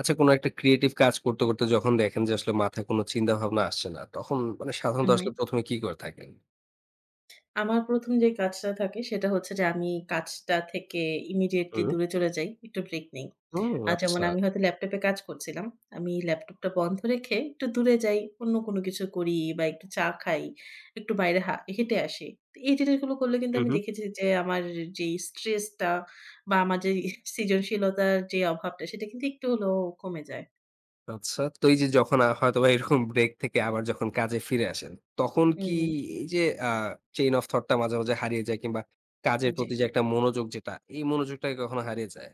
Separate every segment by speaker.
Speaker 1: আচ্ছা, কোন একটা ক্রিয়েটিভ কাজ করতে, করতে যখন দেখেন যে আসলে মাথায় কোন চিন্তাভাবনা আসছে না, তখন মানে সাধারণত
Speaker 2: হুম, হুম।
Speaker 1: আসলে ১ম এ কি করে থাকেন?
Speaker 2: আমার ১ম যে কাজটা থাকে সেটা হচ্ছে যে আমি কাজটা থেকে ইমিডিয়েটলি
Speaker 1: হুম,
Speaker 2: দূরে চলে যাই। একটু ব্রেক নেই।
Speaker 1: হুম,
Speaker 2: যেমন
Speaker 1: আচ্ছা।
Speaker 2: আমি হয়তো ল্যাপটপে কাজ করছিলাম। আমি ল্যাপটপটা বন্ধ রেখে একটু দূরে যাই, অন্য কোনো কিছু করি বা একটু চা খাই, একটু বাইরে হেঁটে আসি। তো এই জিনিসগুলো করলে কিন্তু
Speaker 1: হু,
Speaker 2: আমি
Speaker 1: হু।
Speaker 2: দেখেছি যে আমার যেই স্ট্রেসটা বা আমার যে সৃজনশীলতার যে অভাবটা সেটা কিন্তু একটু হলেও কমে যায়।
Speaker 1: আচ্ছা। তো এই যে যখন হয়তোবা এরকম ব্রেক থেকে আবার যখন কাজে ফিরে আসেন, তখন
Speaker 2: হুম,
Speaker 1: কি
Speaker 2: হুম।
Speaker 1: এই যে আ চেইন অফ থট টা মাঝে, মাঝে হারিয়ে যায় কিংবা কাজের
Speaker 2: জি।
Speaker 1: প্রতি যে একটা মনোযোগ যেটা, এই মনোযোগটা কি কখনো হারিয়ে যায়?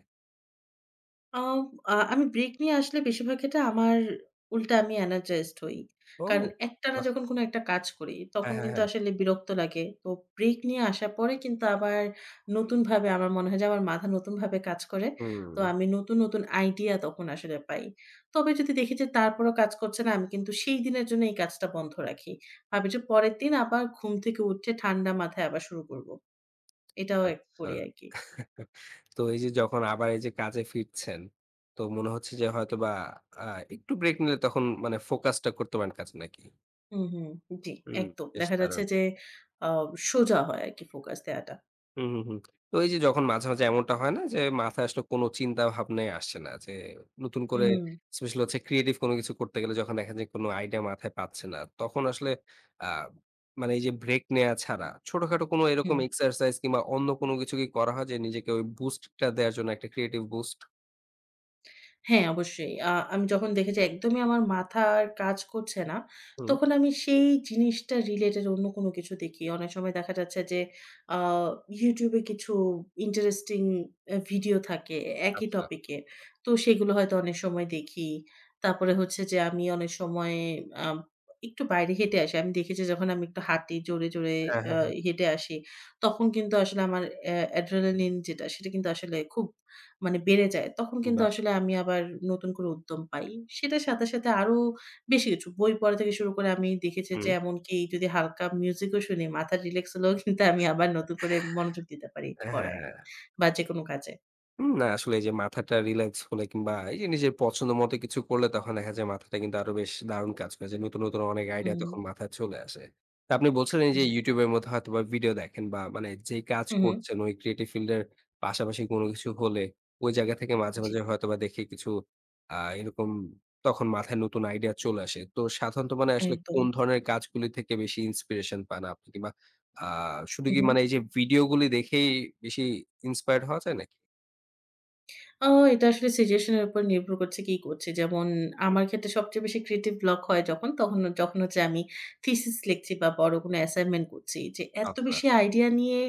Speaker 2: আম আ আমি ব্রেক নিয়ে আসলে বেশিরভাগ ক্ষেত্রে আমার উল্টা আমি energized হই।
Speaker 1: ও!
Speaker 2: কারণ একটানা
Speaker 1: বাহ!
Speaker 2: যখন কোনো একটা কাজ করি,
Speaker 1: হ্যাঁ,
Speaker 2: তখন
Speaker 1: হ্যাঁ,
Speaker 2: কিন্তু
Speaker 1: হ্যাঁ।
Speaker 2: আসলে বিরক্ত লাগে। তো ব্রেক নিয়ে আসার পরে কিন্তু আবার নতুনভাবে আমার মনে হয় যে আমার মাথা নতুনভাবে কাজ করে।
Speaker 1: হুম,
Speaker 2: তো আমি নতুন, নতুন আইডিয়া তখন আসলে পাই। তবে যদি দেখি যে তারপরও কাজ করছে না, আমি কিন্তু সেই দিনের জন্য এই কাজটা বন্ধ রাখি। ভাবি যে পরের দিন আবার ঘুম থেকে উঠে ঠান্ডা মাথায় আবার শুরু করব। এটাও এক
Speaker 1: আচ্ছা।
Speaker 2: করি আরকি।
Speaker 1: তো এই যে যখন আবার এই যে কাজে ফিরছেন, তো মনে হচ্ছে যে হয়তোবা আ একটু ব্রেক নিলে তখন মানে ফোকাসটা করতে পারেন কাজে নাকি?
Speaker 2: হুম, হুম। জি,
Speaker 1: হুম,
Speaker 2: একদম।
Speaker 1: বেশ
Speaker 2: দেখা যাচ্ছে
Speaker 1: দারুণ।
Speaker 2: যে আ সোজা হয় আরকি ফোকাস দেয়াটা।
Speaker 1: হুম, হুম, হুম। তো এই যে যখন মাঝে, মাঝে এমনটা হয় না যে মাথায় আসলে কোনো চিন্তা ভাবনাই আসছে না যে নতুন করে
Speaker 2: হুম,
Speaker 1: স্পেশালি হচ্ছে ক্রিয়েটিভ কোনো কিছু করতে গেলে যখন দেখেন যে কোনো আইডিয়া মাথায় পাচ্ছে না, তখন আসলে আ মানে এই যে ব্রেক নেয়া ছাড়া ছোটখাটো কোনো এরকম
Speaker 2: হুম।
Speaker 1: এক্সারসাইজ কিংবা অন্য কোনো কিছু কি করা হয় যে নিজেকে ওই বুস্ট টা দেয়ার জন্য একটা ক্রিয়েটিভ বুস্ট?
Speaker 2: হ্যাঁ, অবশ্যই। আমি যখন দেখেছি একদমই আমার মাথার কাজ করছে না,
Speaker 1: হুম,
Speaker 2: তখন আমি সেই জিনিসটা রিলেটেড অন্য কোনো কিছু দেখি। অনেক সময় দেখা যাচ্ছে যে আ YouTube এ কিছু ইন্টারেস্টিং ভিডিও থাকে একই
Speaker 1: আচ্ছা।
Speaker 2: টপিকে। তো সেগুলো হয়তো অনেক সময় দেখি। তারপরে হচ্ছে যে আমি অনেক সময় আম একটু বাইরে হেঁটে আসি। আমি দেখেছি যখন আমি একটু হাঁটি জোরে, জোরে
Speaker 1: হ্যাঁ,
Speaker 2: আ
Speaker 1: হ্যাঁ, হ্যাঁ।
Speaker 2: হেঁটে আসি, তখন কিন্তু আসলে আমার adrenaline যেটা সেটা কিন্তু আসলে খুব মানে বেড়ে যায়, তখন কিন্তু
Speaker 1: বাহ!
Speaker 2: আসলে আমি আবার নতুন করে উদ্যম পাই। সেটার সাথে, সাথে আরো বেশি কিছু বই পড়া থেকে শুরু করে আমি দেখেছি যে
Speaker 1: হুম।
Speaker 2: এমনকি যদি হালকা মিউজিকও শুনি, মাথা রিল্যাক্স হলেও কিন্তু আমি আবার নতুন করে মনোযোগ দিতে পারি
Speaker 1: হ্যাঁ, হ্যাঁ,
Speaker 2: পড়ায়
Speaker 1: হ্যাঁ।
Speaker 2: বা যেকোনো কাজে।
Speaker 1: না আসলে এই যে মাথাটা রিল্যাক্স হলে কিংবা এই যে নিজের পছন্দ মতো কিছু করলে তখন দেখা যায় মাথাটা কিন্তু আরো বেশ দারুণ কাজ করে যে নতুন নতুন অনেক আইডিয়া
Speaker 2: হুম,
Speaker 1: তখন মাথায় চলে আসে। তো আপনি বলছিলেন যে
Speaker 2: জি।
Speaker 1: YouTube এর মধ্যে হয়তোবা ভিডিও দেখেন বা মানে যেই কাজ
Speaker 2: হু, হু।
Speaker 1: করছেন ওই ক্রিয়েটিভ ফিল্ড এর পাশাপাশি কোনো কিছু হলে ওই জায়গা থেকে মাঝে,
Speaker 2: জি,
Speaker 1: মাঝে হয়তোবা দেখি কিছু এরকম তখন মাথায় নতুন আইডিয়া চলে আসে। তো সাধারণত মানে আসলে
Speaker 2: একদম।
Speaker 1: কোন ধরনের কাজগুলি থেকে বেশি ইন্সপিরেশন পান আপনি? কিংবা আ শুধু
Speaker 2: হু,
Speaker 1: কি
Speaker 2: হু।
Speaker 1: মানে এই যে ভিডিওগুলি দেখেই বেশি ইন্সপায়ার্ড হওয়া যায় নাকি?
Speaker 2: আ এটা আসলে সিচুয়েশন এর উপর নির্ভর করছে কি করছি। যেমন আমার ক্ষেত্রে সবচেয়ে বেশি ক্রিয়েটিভ ব্লক হয় যখন, তখন যখন হচ্ছে আমি থিসিস লিখছি বা বড় কোনো অ্যাসাইনমেন্ট করছি। যে
Speaker 1: আচ্ছা।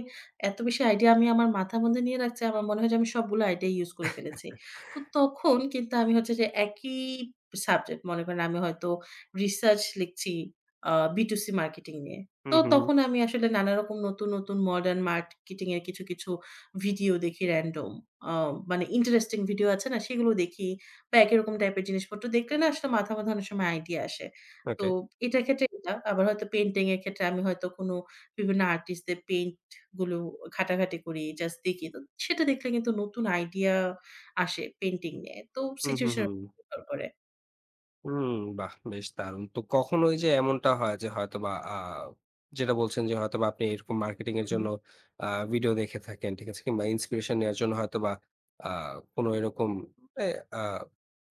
Speaker 2: এত বেশি আইডিয়া আমি আমার মাথার মধ্যে নিয়ে রাখছি, আমার মনে হয় যে আমি সবগুলো আইডিয়া ইউজ করে ফেলেছি। তো তখন কিন্তু আমি হচ্ছে যে একই সাবজেক্ট মনে করেন আমি হয়তো রিসার্চ লিখছি B2C মার্কেটিং নিয়ে।
Speaker 1: হুম,
Speaker 2: তো
Speaker 1: হুম, হুম।
Speaker 2: তখন আমি আসলে নানারকম নতুন, নতুন মডার্ন মার্কেটিং এর কিছু, কিছু ভিডিও দেখি র‍্যান্ডম। আ মানে ইন্টারেস্টিং ভিডিও আছে না? সেগুলো দেখি বা একই রকম টাইপের জিনিসপত্র দেখলে না আসলে মাথার মধ্যে অনেক সময় আইডিয়া আসে। তো
Speaker 1: ওকে।
Speaker 2: এটার ক্ষেত্রে এটা। আবার হয়তো পেইন্টিং এর ক্ষেত্রে আমি হয়তো কোনো বিভিন্ন আর্টিস্টদের পেইন্ট গুলো ঘাটাঘাটি করি, জাস্ট দেখি। তো সেটা দেখলে কিন্তু নতুন আইডিয়া আসে পেইন্টিং নিয়ে। তো
Speaker 1: হুম, হুম,
Speaker 2: সিচুয়েশন এর
Speaker 1: হুম।
Speaker 2: উপর নির্ভর করে।
Speaker 1: হুম, বাহ! বেশ দারুণ। তো কখনো ওই যে এমনটা হয় যে হয়তোবা যেটা বলছেন যে হয়তোবা আপনি এরকম মার্কেটিং
Speaker 2: হু,
Speaker 1: এর
Speaker 2: হু,
Speaker 1: জন্য আ ভিডিও দেখে থাকেন, ঠিক আছে? কিংবা ইন্সপিরেশন নেওয়ার জন্য হয়তোবা আ কোনো এরকম এ আ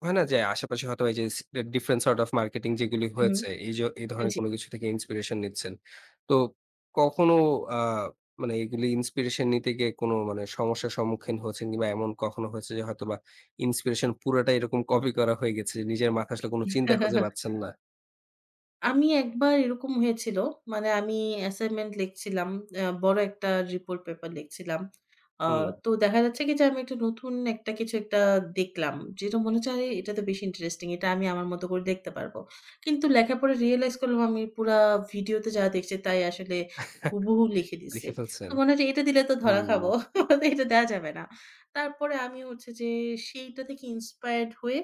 Speaker 1: হয় না যে আশেপাশে হয়তো এই যে ডিফারেন্ট সর্ট অফ মার্কেটিং যেগুলি
Speaker 2: হু, হু।
Speaker 1: হয়েছে এই যে এই ধরনের
Speaker 2: জি।
Speaker 1: কোনো কিছু থেকে ইন্সপিরেশন নিচ্ছেন। তো কখনো আ মানে এগুলি ইন্সপিরেশন নিতে গিয়ে কোনো মানে সমস্যার সম্মুখীন হয়েছেন কিংবা এমন কখনো হয়েছে যে হয়তোবা ইন্সপিরেশন পুরাটাই এরকম কপি করা হয়ে গেছে। যে নিজের মাথায় আসলে কোন চিন্তা খুঁজে পাচ্ছেন না।
Speaker 2: আমি একবার এরকম হয়েছিল। মানে আমি অ্যাসাইনমেন্ট লিখছিলাম। বড় একটা রিপোর্ট পেপার লিখছিলাম। আ
Speaker 1: হুম,
Speaker 2: তো দেখা যাচ্ছে কি যে আমি একটা নতুন একটা কিছু একটা দেখলাম। যেটা মনে হচ্ছে আরে এটা তো বেশি ইন্টারেস্টিং। এটা আমি আমার মতো করে দেখতে পারবো। কিন্তু লেখার পরে রিয়ালাইজ করলাম আমি পুরা ভিডিওতে যা দেখছি তাই আসলে হুবহু লিখে দিছি।
Speaker 1: লিখে
Speaker 2: তো
Speaker 1: ফেলছেন।
Speaker 2: মনে হচ্ছে এটা দিলে তো ধরা
Speaker 1: হুম,
Speaker 2: খাবো। এটা দেয়া যাবে না। তারপরে আমি হচ্ছে যে সেইটা থেকে ইন্সপায়ার্ড হয়ে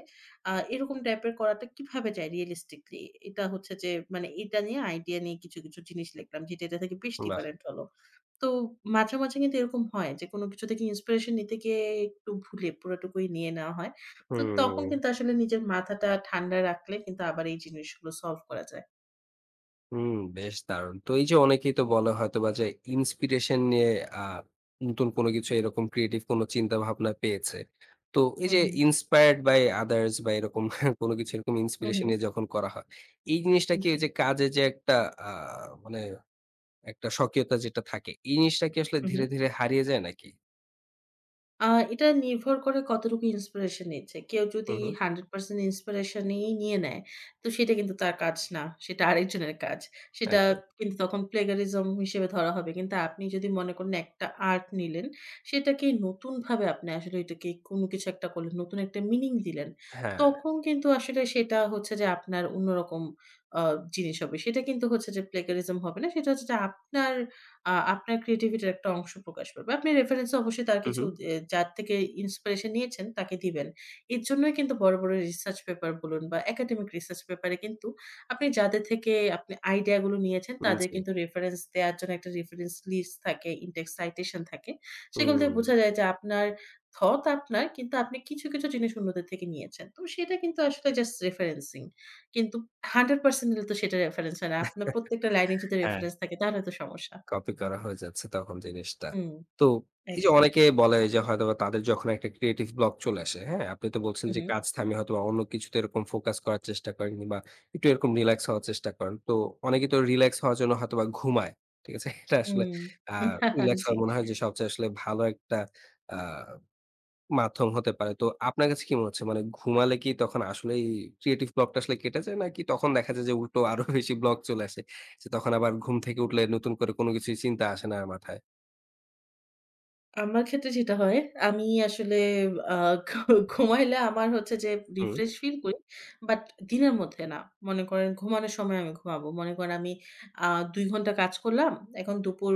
Speaker 2: এরকম টাইপের করাটা কিভাবে যায় রিয়ালিস্টিকলি? এটা হচ্ছে যে মানে এটা নিয়ে আইডিয়া নিয়ে কিছু, কিছু জিনিস লিখলাম যেটা এটা থেকে বেশ
Speaker 1: বাহ!
Speaker 2: ডিফারেন্ট হলো। তো মাঝে, মাঝে কিন্তু এরকম হয় যে কোনো কিছু থেকে ইন্সপিরেশন নিতে গিয়ে একটু ভুলে পুরাটুকুই নিয়ে নেওয়া হয়। তো তখন
Speaker 1: হুম,
Speaker 2: কিন্তু আসলে নিজের মাথাটা ঠান্ডা রাখলে কিন্তু আবার এই জিনিসগুলো সলভ করা যায়।
Speaker 1: হুম, বেশ দারুণ। তো এই যে অনেকেই তো বলে হয়তোবা যে ইন্সপিরেশন নিয়ে আ নতুন কোন কিছু এরকম ক্রিয়েটিভ কোন চিন্তা ভাবনা পেয়েছে। তো এই
Speaker 2: হু,
Speaker 1: যে
Speaker 2: হু।
Speaker 1: ইন্সপায়ার্ড বাই আদারস বা এরকম কোন কিছু এরকম
Speaker 2: হু, হু।
Speaker 1: ইন্সপিরেশন নিয়ে যখন করা হয়, এই জিনিসটা কি
Speaker 2: জি।
Speaker 1: ওই যে কাজে যে একটা আ মানে একটা স্বকীয়তা যেটা থাকে, এই জিনিসটা কি আসলে
Speaker 2: হু, হু।
Speaker 1: ধীরে, ধীরে হারিয়ে যায় নাকি?
Speaker 2: আ এটা নির্ভর করে কতটুকু ইন্সপিরেশন নিচ্ছে। কেউ যদি
Speaker 1: হুম, হুম,
Speaker 2: 100% ইন্সপিরেশন ই নিয়ে নেয়, তো সেটা কিন্তু তার কাজ না। সেটা আরেকজনের কাজ। সেটা
Speaker 1: একদম।
Speaker 2: কিন্তু তখন প্লেগারিজম হিসেবে ধরা হবে। কিন্তু আপনি যদি মনে করেন একটা আর্ট নিলেন, সেটাকে নতুনভাবে আপনি আসলে এটাকে কোনো কিছু একটা করলেন, নতুন একটা মিনিং দিলেন।
Speaker 1: হ্যাঁ।
Speaker 2: তখন কিন্তু আসলে সেটা হচ্ছে যে আপনার অন্যরকম আ জিনিস হবে। সেটা কিন্তু হচ্ছে যে প্লেগারিজম হবে না। সেটা হচ্ছে যে আপনার ক্রিয়েটিভিটির একটা অংশ প্রকাশ পাবে। আপনি রেফারেন্স অবশ্যই তার
Speaker 1: হু,
Speaker 2: কিছু
Speaker 1: হু।
Speaker 2: যার থেকে ইন্সপিরেশন নিয়েছেন তাকে দিবেন। এর জন্যই কিন্তু বড়, বড় রিসার্চ পেপার বলুন বা একাডেমিক রিসার্চ পেপারে কিন্তু আপনি যাদের থেকে আপনি আইডিয়া গুলো নিয়েছেন
Speaker 1: হুম,
Speaker 2: তাদের
Speaker 1: জি।
Speaker 2: কিন্তু রেফারেন্স দেওয়ার জন্য একটা রেফারেন্স লিস্ট থাকে, ইনটেক্স সাইটেশন থাকে। সেগুলো থেকে
Speaker 1: হুম।
Speaker 2: বোঝা যায় যে আপনার থট আপনার কিন্তু আপনি কিছু, কিছু জিনিস অন্যদের থেকে নিয়েছেন। তো সেটা কিন্তু আসলে জাস্ট রেফারেন্সিং। কিন্তু 100% নিলে তো সেটা রেফারেন্স হয় না। আপনার প্রত্যেকটা লাইনে যদি
Speaker 1: হ্যাঁ,
Speaker 2: রেফারেন্স থাকে তাহলে তো সমস্যা।
Speaker 1: কপি করা হয়ে যাচ্ছে তখন জিনিসটা।
Speaker 2: হুম,
Speaker 1: তো এই যে
Speaker 2: একদম।
Speaker 1: অনেকে বলে যে হয়তোবা তাদের যখন একটা ক্রিয়েটিভ ব্লক চলে আসে, হ্যাঁ? আপনি তো বলছেন যে
Speaker 2: উহু,
Speaker 1: কাজ থামিয়ে হয়তোবা অন্য কিছুতে এরকম ফোকাস করার চেষ্টা করেন কিংবা একটু এরকম রিল্যাক্স হওয়ার চেষ্টা করেন। তো অনেকে তো রিল্যাক্স হওয়ার জন্য হয়তোবা ঘুমায়। ঠিক আছে? এটা আসলে
Speaker 2: হুম।
Speaker 1: আ রিল্যাক্স
Speaker 2: জি।
Speaker 1: হওয়া মনে হয় যে সবচেয়ে আসলে ভালো একটা আ মাধ্যম হতে পারে। তো আপনার কাছে কি মনে হচ্ছে মানে ঘুমালে কি তখন আসলেই ক্রিয়েটিভ ব্লকটা আসলে কেটে যায়? নাকি তখন দেখা যায় যে উল্টো আরো বেশি ব্লক চলে আসে? যে তখন আবার ঘুম থেকে উঠলে নতুন করে কোনো কিছুই চিন্তা আসে না আর মাথায়?
Speaker 2: আমার ক্ষেত্রে যেটা হয়, আমি আসলে আ ঘু ঘুমাইলে আমার হচ্ছে যে
Speaker 1: হুম,
Speaker 2: রিফ্রেশ ফিল করি। বাট দিনের মধ্যে না। মনে করেন ঘুমানোর সময় আমি ঘুমাবো। মনে করেন আমি আ ২ ঘন্টা কাজ করলাম। এখন দুপুর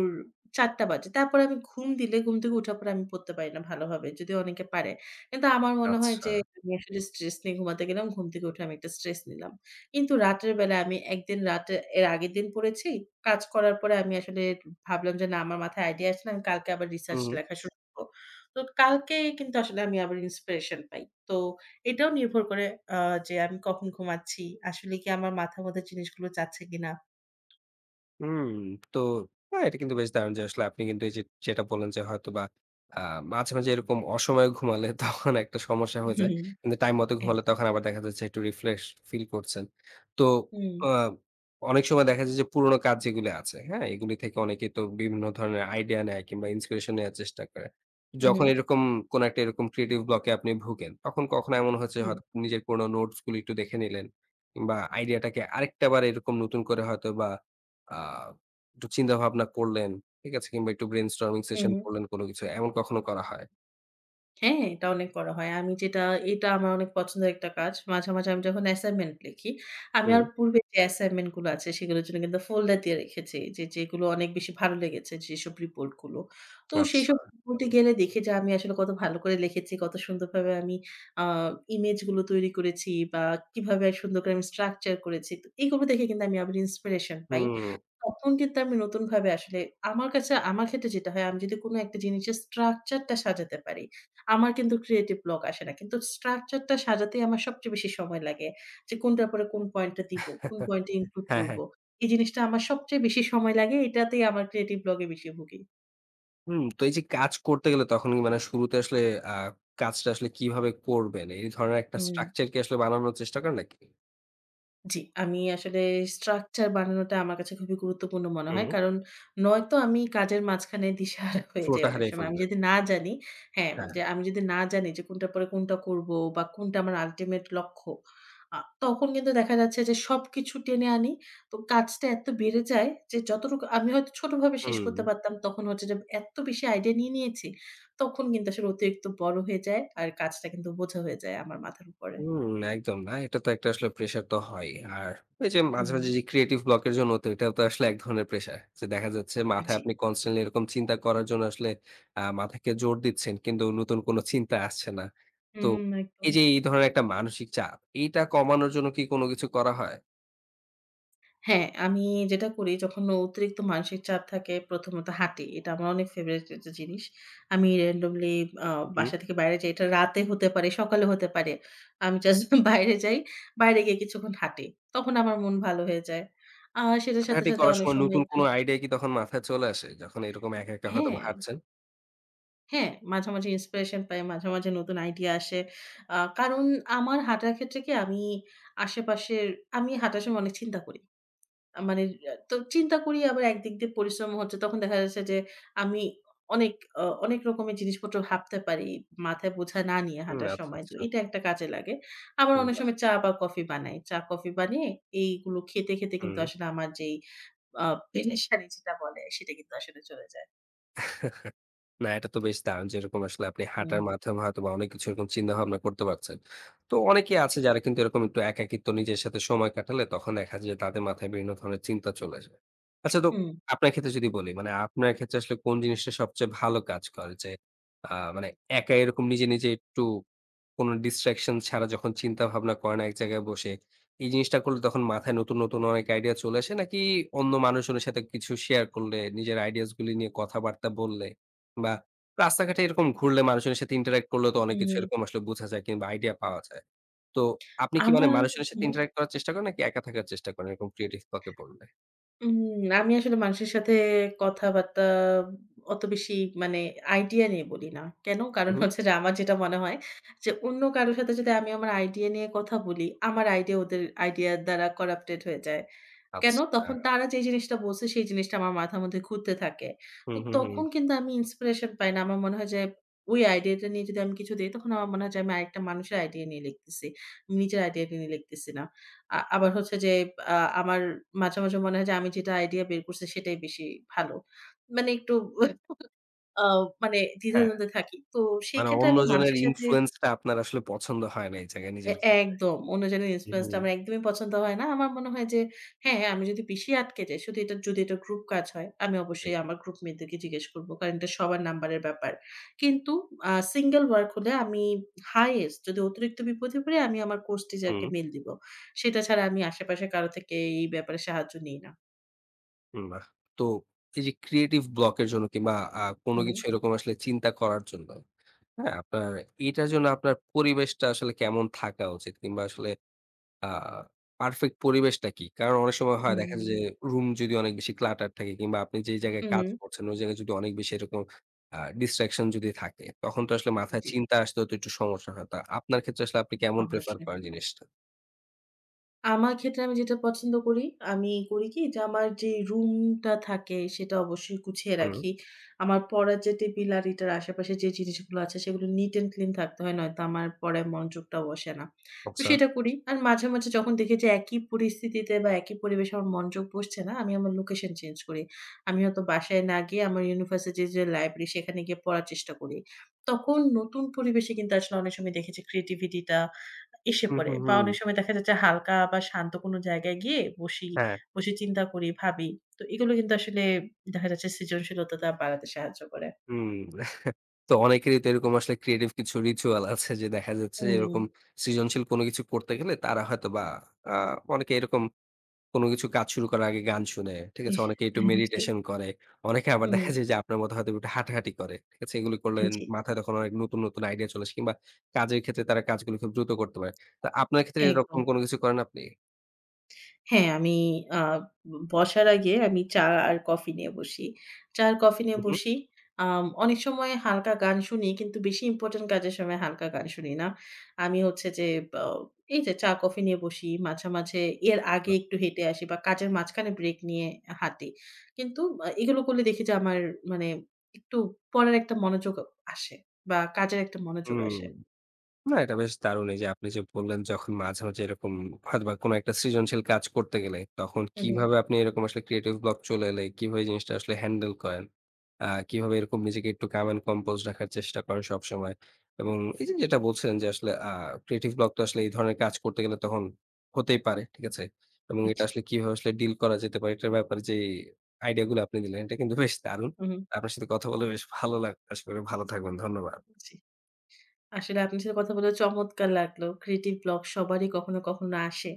Speaker 2: ৪:০০ বাজে। তারপরে আমি ঘুম দিলে ঘুম থেকে উঠার পরে আমি পড়তে পারি না ভালোভাবে। যদিও অনেকে পারে। কিন্তু আমার মনে হয়
Speaker 1: আচ্ছা।
Speaker 2: যে আমি আসলে স্ট্রেস নিয়ে ঘুমাতে গেলাম। ঘুম থেকে উঠে আমি একটা স্ট্রেস নিলাম। কিন্তু রাতের বেলা আমি একদিন রাতে এর আগের দিন পড়েছি। কাজ করার পরে আমি আসলে ভাবলাম যে না আমার মাথায় আইডিয়া আসছে না। আমি কালকে আবার রিসার্চ
Speaker 1: হুম।
Speaker 2: লেখা শুরু করব। তো কালকেই কিন্তু আসলে আমি আবার ইন্সপিরেশন পাই। তো এটাও নির্ভর করে আ যে আমি কখন ঘুমাচ্ছি। আসলে কি আমার মাথার মধ্যে জিনিসগুলো যাচ্ছে কিনা?
Speaker 1: হুম, তো হ্যাঁ, এটা কিন্তু বেশ দারুণ যে আসলে আপনি কিন্তু এই যে যেটা বললেন যে হয়তোবা আ মাঝে, মাঝে এরকম অসময়ে ঘুমালে তখন একটা সমস্যা হয়ে যায়।
Speaker 2: হুম,
Speaker 1: কিন্তু টাইম মতো ঘুমালে
Speaker 2: একদম।
Speaker 1: তখন আবার দেখা যাচ্ছে একটু রিফ্রেশ ফিল করছেন। তো
Speaker 2: হুম,
Speaker 1: আ অনেক সময় দেখা যায় যে পুরোনো কাজ যেগুলো আছে, হ্যাঁ? এগুলি থেকে অনেকেই তো বিভিন্ন ধরনের আইডিয়া নেয় কিংবা ইন্সপিরেশন নেয়ার চেষ্টা করে।
Speaker 2: হু, হু,
Speaker 1: যখন এরকম কোন একটা এরকম ক্রিয়েটিভ ব্লক এ আপনি ভুগেন, তখন কখনো এমন হয়েছে
Speaker 2: হুম,
Speaker 1: হয়তো নিজের পুরোনো নোটস গুলো একটু দেখে নিলেন কিংবা আইডিয়াটাকে আরেকটা বার এরকম নতুন করে হয়তো বা আ একটু চিন্তাভাবনা করলেন, ঠিক আছে? কিংবা একটু ব্রেইনস্টর্মিং
Speaker 2: হু,
Speaker 1: সেশন
Speaker 2: হু।
Speaker 1: করলেন কোনো কিছু। এমন কখনো করা হয়?
Speaker 2: হ্যাঁ, এটা অনেক করা হয়। আমি যেটা এটা আমার অনেক পছন্দের একটা কাজ। মাঝে, মাঝে আমি যখন অ্যাসাইনমেন্ট লিখি, আমি
Speaker 1: হুম,
Speaker 2: আমার পূর্বে যে অ্যাসাইনমেন্ট গুলো আছে সেগুলোর জন্য কিন্তু ফোল্ডার দিয়ে রেখেছি। যে যেগুলো অনেক বেশি ভালো লেগেছে যেসব রিপোর্ট গুলো। তো
Speaker 1: আচ্ছা।
Speaker 2: সেইসব রিপোর্টে গেলে দেখি যে আমি আসলে কত ভালো করে লিখেছি, কত সুন্দরভাবে আমি আ ইমেজ গুলো তৈরি করেছি বা কিভাবে সুন্দর করে আমি স্ট্রাকচার করেছি। তো এগুলো দেখে কিন্তু আমি আবার ইন্সপিরেশন পাই।
Speaker 1: হুম।
Speaker 2: তখন কিন্তু আমি নতুনভাবে আসলে আমার কাছে আমার ক্ষেত্রে যেটা হয়, আমি যদি কোনো একটা জিনিসের structure টা সাজাতে পারি, আমার কিন্তু creative block আসে না। কিন্তু structure টা সাজাতেই আমার সবচেয়ে বেশি সময় লাগে। যে কোনটার পরে কোন পয়েন্টটা দিব, কোন পয়েন্টে include
Speaker 1: হ্যাঁ,
Speaker 2: করব।
Speaker 1: হ্যাঁ।
Speaker 2: এই জিনিসটা আমার সবচেয়ে বেশি সময় লাগে। এটাতেই আমার creative block এ বেশি ভুগি।
Speaker 1: হুম, তো এই যে কাজ করতে গেলে তখন কি মানে শুরুতে আসলে আ কাজটা আসলে কিভাবে করবেন? এই ধরনের একটা
Speaker 2: হুম।
Speaker 1: স্ট্রাকচার কি আসলে বানানোর চেষ্টা করেন নাকি?
Speaker 2: জি, আমি আসলে স্ট্রাকচার বানানোটা আমার কাছে খুবই গুরুত্বপূর্ণ মনে হয়।
Speaker 1: হুম,
Speaker 2: কারণ নয়তো আমি কাজের মাঝখানে দিশেহারা হয়ে
Speaker 1: ফ্লো
Speaker 2: যাই
Speaker 1: টা
Speaker 2: অনেক
Speaker 1: হারিয়ে
Speaker 2: সময়। আমি
Speaker 1: ফেলবেন।
Speaker 2: যদি না জানি হ্যাঁ,
Speaker 1: হ্যাঁ,
Speaker 2: যে আমি যদি না জানি যে কোনটার পরে কোনটা করব বা কোনটা আমার আল্টিমেট লক্ষ্য, আ তখন কিন্তু দেখা যাচ্ছে যে সবকিছু টেনে আনি। তো কাজটা এত বেড়ে যায় যে যতটুকু আমি হয়তো ছোটভাবে শেষ
Speaker 1: হুম।
Speaker 2: করতে পারতাম তখন হচ্ছে যে এত বেশি আইডিয়া নিয়ে নিয়েছি, তখন কিন্তু আসলে অতিরিক্ত বড় হয়ে যায়। আর কাজটা কিন্তু বোঝা হয়ে যায় আমার মাথার উপরে।
Speaker 1: হুম, একদম না। এটা তো একটা আসলে প্রেশার তো হয়ই। আর এই যে মাঝে,
Speaker 2: হুম,
Speaker 1: মাঝে যে ক্রিয়েটিভ ব্লক এর জন্য তো এটাও তো আসলে এক ধরনের প্রেশার। যে দেখা যাচ্ছে মাথায়
Speaker 2: জি।
Speaker 1: আপনি কনস্ট্যান্টলি এরকম চিন্তা করার জন্য আসলে মাথাকে জোর দিচ্ছেন কিন্তু নতুন কোনো চিন্তা আসছে না। তো
Speaker 2: হুম, একদম।
Speaker 1: এই যে এই ধরনের একটা মানসিক চাপ, এইটা কমানোর জন্য কি কোনো কিছু করা হয়?
Speaker 2: হ্যাঁ, আমি যেটা করি যখন অতিরিক্ত মানসিক চাপ থাকে প্রথমত হাঁটি। এটা আমার অনেক ফেভারিট একটা জিনিস। আমি randomly আ
Speaker 1: হুম?
Speaker 2: বাসা থেকে বাইরে যাই। এটা রাতে হতে পারে, সকালে হতে পারে। আমি জাস্ট বাইরে যাই। বাইরে গিয়ে কিছুক্ষণ হাঁটি। তখন আমার মন ভালো হয়ে যায়। আর সেটার সাথে,
Speaker 1: হাঁটাহাঁটি
Speaker 2: সাথে
Speaker 1: করার
Speaker 2: অনেক
Speaker 1: সময়
Speaker 2: সময়
Speaker 1: নতুন
Speaker 2: একটু
Speaker 1: কোনো আইডিয়া কি তখন মাথায় চলে আসে? যখন এরকম একা, একা হয়তোবা
Speaker 2: হ্যাঁ,
Speaker 1: হাঁটছেন?
Speaker 2: হ্যাঁ, মাঝে, মাঝে inspiration পাই। মাঝে, মাঝে নতুন আইডিয়া আসে। কারণ আমার হাঁটার ক্ষেত্রে কি আশেপাশের আমি হাঁটার সময় অনেক চিন্তা করি। মানে তো চিন্তা করি আবার একদিক দিয়ে পরিশ্রম হচ্ছে। তখন দেখা যাচ্ছে যে আমি অনেক অনেক রকমের জিনিসপত্র ভাবতে পারি, মাথায় বোঝা না নিয়ে
Speaker 1: হুম,
Speaker 2: হাঁটার
Speaker 1: আচ্ছা,
Speaker 2: সময়। তো
Speaker 1: আচ্ছা।
Speaker 2: এটা একটা কাজে লাগে। আবার
Speaker 1: হুম,
Speaker 2: অনেক
Speaker 1: বাহ!
Speaker 2: সময় চা বা কফি বানাই। চা কফি বানিয়ে এইগুলো খেতে, খেতে কিন্তু
Speaker 1: হুম।
Speaker 2: আসলে আমার যেই আ পেরেশানি যেটা বলে সেটা কিন্তু আসলে চলে যায়।
Speaker 1: না, এটা তো বেশ দারুণ যে এরকম আসলে আপনি
Speaker 2: হুম,
Speaker 1: হাঁটার মাধ্যমে হয়তোবা অনেক কিছু এরকম চিন্তা ভাবনা করতে পারছেন। তো অনেকেই
Speaker 2: জি।
Speaker 1: আছে যারা কিন্তু এরকম একটু একাকিত্ব নিজের সাথে সময় কাটালে তখন দেখা যায় যে তাদের মাথায় বিভিন্ন ধরনের চিন্তা চলে আসে। আচ্ছা, তো
Speaker 2: হুম,
Speaker 1: আপনার ক্ষেত্রে যদি বলি মানে আপনার ক্ষেত্রে আসলে কোন জিনিসটা সবচেয়ে ভালো কাজ করে? যে মানে একা এরকম নিজে, নিজে একটু কোন distraction ছাড়া যখন চিন্তা ভাবনা করেন এক জায়গায় বসে, এই জিনিসটা করলে তখন মাথায় নতুন, নতুন অনেক আইডিয়া চলে আসে নাকি অন্য মানুষজনের সাথে কিছু শেয়ার করলে নিজের আইডিয়াস গুলি নিয়ে কথাবার্তা বললে বা রাস্তাঘাটে এরকম ঘুরলে মানুষজনের সাথে ইন্টারেক্ট করলে তো অনেক হুম। কিছু
Speaker 2: হুম।
Speaker 1: এরকম আসলে বোঝা যায় কিংবা আইডিয়া পাওয়া যায়। তো আপনি কি মানে
Speaker 2: আমার
Speaker 1: মানুষজনের
Speaker 2: হুম।
Speaker 1: সাথে ইন্টারেক্ট করার চেষ্টা করেন নাকি একা থাকার চেষ্টা করেন এরকম ক্রিয়েটিভ কাউকে বললে?
Speaker 2: আমি আসলে মানুষের সাথে কথাবার্তা অত বেশি মানে আইডিয়া নিয়ে বলি না। কেন?
Speaker 1: হু,
Speaker 2: কারণ
Speaker 1: হু।
Speaker 2: হচ্ছে যে আমার যেটা মনে হয় যে অন্য কারো সাথে যদি আমি আমার আইডিয়া নিয়ে কথা বলি, আমার আইডিয়া ওদের আইডিয়ার দ্বারা করাপ্টেড হয়ে যায়। কেন?
Speaker 1: আচ্ছা।
Speaker 2: তখন তারা যে জিনিসটা বলছে সেই জিনিসটা আমার মাথার মধ্যে ঘুরতে থাকে। তো
Speaker 1: হুম, হুম, হুম।
Speaker 2: তখন কিন্তু আমি ইন্সপিরেশন পাই না। আমার মনে হয় যে ওই আইডিয়াটা নিয়ে যদি আমি কিছু দেই তখন আমার মনে হয় যে আমি আরেকটা মানুষের আইডিয়া নিয়ে লিখতেছি। আমি নিজের আইডিয়া নিয়ে লিখতেছি না। আবার হচ্ছে যে আ আমার মাঝে, মাঝে মনে হয় যে আমি যেটা আইডিয়া বের করছি সেটাই বেশি ভালো। মানে একটু আ মানে
Speaker 1: হ্যাঁ,
Speaker 2: দ্বিধাদ্বন্দ্বে থাকি। তো সেই
Speaker 1: মানে
Speaker 2: ক্ষেত্রে আমি
Speaker 1: অন্যজনের
Speaker 2: মানুষের সাথে
Speaker 1: ইনফ্লুয়েন্স টা আপনার আসলে পছন্দ হয় না এই জায়গায়
Speaker 2: এ
Speaker 1: নিজের ক্ষেত্রে।
Speaker 2: একদম। অন্যজনের
Speaker 1: হুম,
Speaker 2: ইনফ্লুয়েন্স টা
Speaker 1: হুম,
Speaker 2: আমার একদমই পছন্দ হয় না। আমার মনে হয় যে হ্যাঁ, আমি যদি পিছিয়ে আটকে যাই শুধু এটা যদি এটা গ্রুপ কাজ হয়, আমি
Speaker 1: জি।
Speaker 2: অবশ্যই আমার গ্রুপ মেট দেরকে জিজ্ঞেস করব। কারণ এটা সবার নাম্বারের ব্যাপার। কিন্তু সিঙ্গল ওয়ার্ক হলে আমি হাইয়েস্ট যদি অতিরিক্ত বিপদে পড়ি আমি আমার কোর্স টিচারকে
Speaker 1: হুম,
Speaker 2: মেইল দিব। সেটা ছাড়া আমি আশেপাশে কারো থেকে এই ব্যাপারে সাহায্য নিই না।
Speaker 1: হুম, বাহ! তো এই যে ক্রিয়েটিভ ব্লক এর জন্য কিংবা
Speaker 2: হু,
Speaker 1: কোনো
Speaker 2: হু।
Speaker 1: কিছু এরকম আসলে চিন্তা করার জন্য, হ্যাঁ? আপনার এটার জন্য আপনার পরিবেশটা আসলে কেমন থাকা উচিত? কিংবা আসলে আ পারফেক্ট পরিবেশটা কি? কারণ অনেক সময় হয় হুম। দেখা যায় যে
Speaker 2: হুম।
Speaker 1: রুম যদি অনেক বেশি ক্লাটার থাকে কিংবা আপনি যেই জায়গায়
Speaker 2: হু,
Speaker 1: হুম।
Speaker 2: হু।
Speaker 1: কাজ করছেন ওই জায়গায় যদি অনেক বেশি এরকম ডিস্ট্রাকশন যদি থাকে তখন তো আসলে মাথায়
Speaker 2: জি,
Speaker 1: চিন্তা আসতেও তো একটু সমস্যা হয়। তা আপনার ক্ষেত্রে আসলে আপনি কেমন প্রেফার
Speaker 2: অবশ্যই।
Speaker 1: করেন জিনিসটা?
Speaker 2: আমার ক্ষেত্রে আমি যেটা পছন্দ করি, আমি করি কি যে আমার যে রুমটা থাকে সেটা অবশ্যই গুছিয়ে
Speaker 1: হুম,
Speaker 2: রাখি। আমার পড়ার যে টেবিল আর এটার আশেপাশে যে জিনিসগুলো আছে সেগুলো নিট অ্যান্ড ক্লিন থাকতে হয় নয়তো আমার পড়ায় মনোযোগটা বসে না। তো
Speaker 1: আচ্ছা।
Speaker 2: সেটা করি। আর মাঝে, মাঝে যখন দেখি যে একই পরিস্থিতিতে বা একই পরিবেশে আমার মনোযোগ বসছে না, আমি আমার লোকেশন চেঞ্জ করি। আমি হয়তো বাসায় না গিয়ে আমার ইউনিভার্সিটির যে লাইব্রেরি সেখানে গিয়ে পড়ার চেষ্টা করি। তখন নতুন পরিবেশে কিন্তু আসলে অনেক সময় দেখেছি ক্রিয়েটিভিটিটা এসে
Speaker 1: হুম,
Speaker 2: পড়ে
Speaker 1: হুম,
Speaker 2: বা
Speaker 1: হুম।
Speaker 2: অনেক সময় দেখা যাচ্ছে হালকা বা শান্ত কোনো জায়গায় গিয়ে বসি,
Speaker 1: হ্যাঁ।
Speaker 2: বসে চিন্তা করি, ভাবি। তো এগুলো কিন্তু আসলে দেখা যাচ্ছে সৃজনশীলতাটা বাড়াতে সাহায্য করে।
Speaker 1: হুম। তো অনেকেরই তো এরকম আসলে ক্রিয়েটিভ কিছু রিচুয়াল আছে যে দেখা যাচ্ছে যে
Speaker 2: হুম,
Speaker 1: এরকম সৃজনশীল কোনো কিছু করতে গেলে তারা হয়তোবা আ অনেকে এরকম কোনো কিছু কাজ শুরু করার আগে গান শুনে, ঠিক আছে?
Speaker 2: ইস!
Speaker 1: অনেকে একটু
Speaker 2: হ্যাঁ, জি।
Speaker 1: মেডিটেশন করে। অনেকে আবার
Speaker 2: হুম,
Speaker 1: দেখা যায় যে আপনার মতো হয়তো একটু হাঁটাহাঁটি করে। ঠিক আছে? এগুলো করলে
Speaker 2: জি,
Speaker 1: মাথায় তখন অনেক নতুন, নতুন আইডিয়া চলে আসে কিংবা কাজের ক্ষেত্রে তারা কাজগুলো খুব দ্রুত করতে পারে। তো আপনার ক্ষেত্রে এরকম
Speaker 2: একদম।
Speaker 1: কোনো কিছু করেন আপনি?
Speaker 2: হ্যাঁ, আমি আ বসার আগে আমি চা আর কফি নিয়ে বসি। চা আর কফি নিয়ে
Speaker 1: হু, হু।
Speaker 2: বসি। অনেক সময় হালকা গান শুনি কিন্তু বেশি ইম্পোর্টেন্ট কাজের সময় হালকা গান শুনি না। আমি হচ্ছে যে অ এই যে চা কফি নিয়ে বসি। মাঝে, মাঝে এর আগে
Speaker 1: বাহ!
Speaker 2: একটু হেঁটে আসি বা কাজের মাঝখানে ব্রেক নিয়ে হাঁটি। কিন্তু এগুলো করলে দেখি যে আমার মানে একটু পড়ার একটা মনোযোগ আসে বা কাজের একটা মনোযোগ
Speaker 1: হুম।
Speaker 2: আসে।
Speaker 1: না, এটা বেশ দারুণ এই যে আপনি যে বললেন যখন মাঝে, মাঝে এরকম হয়তোবা কোনো একটা সৃজনশীল কাজ করতে গেলে তখন
Speaker 2: হু, হু।
Speaker 1: কিভাবে আপনি এরকম আসলে ক্রিয়েটিভ ব্লক চলে এলে কিভাবে এই জিনিসটা আসলে হ্যান্ডেল করেন? কিভাবে এরকম নিজেকে একটু কাম অ্যান্ড কম্পোজ রাখার চেষ্টা করেন সবসময়? এবং এই যে যেটা বলছিলেন যে আসলে ক্রিয়েটিভ ব্লক তো আসলে এই ধরনের কাজ করতে গেলে তখন হতেই পারে। ঠিক আছে? এবং এটা
Speaker 2: জি।
Speaker 1: আসলে কিভাবে আসলে ডিল করা যেতে পারে এটার ব্যাপারে যে আইডিয়া গুলো আপনি দিলেন এটা কিন্তু বেশ দারুণ।
Speaker 2: হু, হু।
Speaker 1: আপনার সাথে কথা বলে বেশ ভালো লাগলো। আশা করি ভালো থাকবেন। ধন্যবাদ।
Speaker 2: জি। আসলে আপনার সাথে কথা বলে চমৎকার লাগলো। ক্রিয়েটিভ ব্লক সবারই কখনো, কখনো আসে।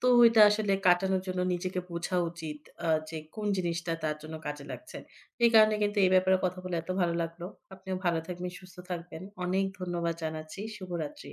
Speaker 2: তো ওইটা আসলে কাটানোর জন্য নিজেকে বোঝা উচিত যে কোন জিনিসটা তার জন্য কাজে লাগছে। এই কারণে কিন্তু এই ব্যাপারে কথা বলে এত ভালো লাগলো। আপনিও ভালো থাকবেন, সুস্থ থাকবেন। অনেক ধন্যবাদ জানাচ্ছি। শুভরাত্রি।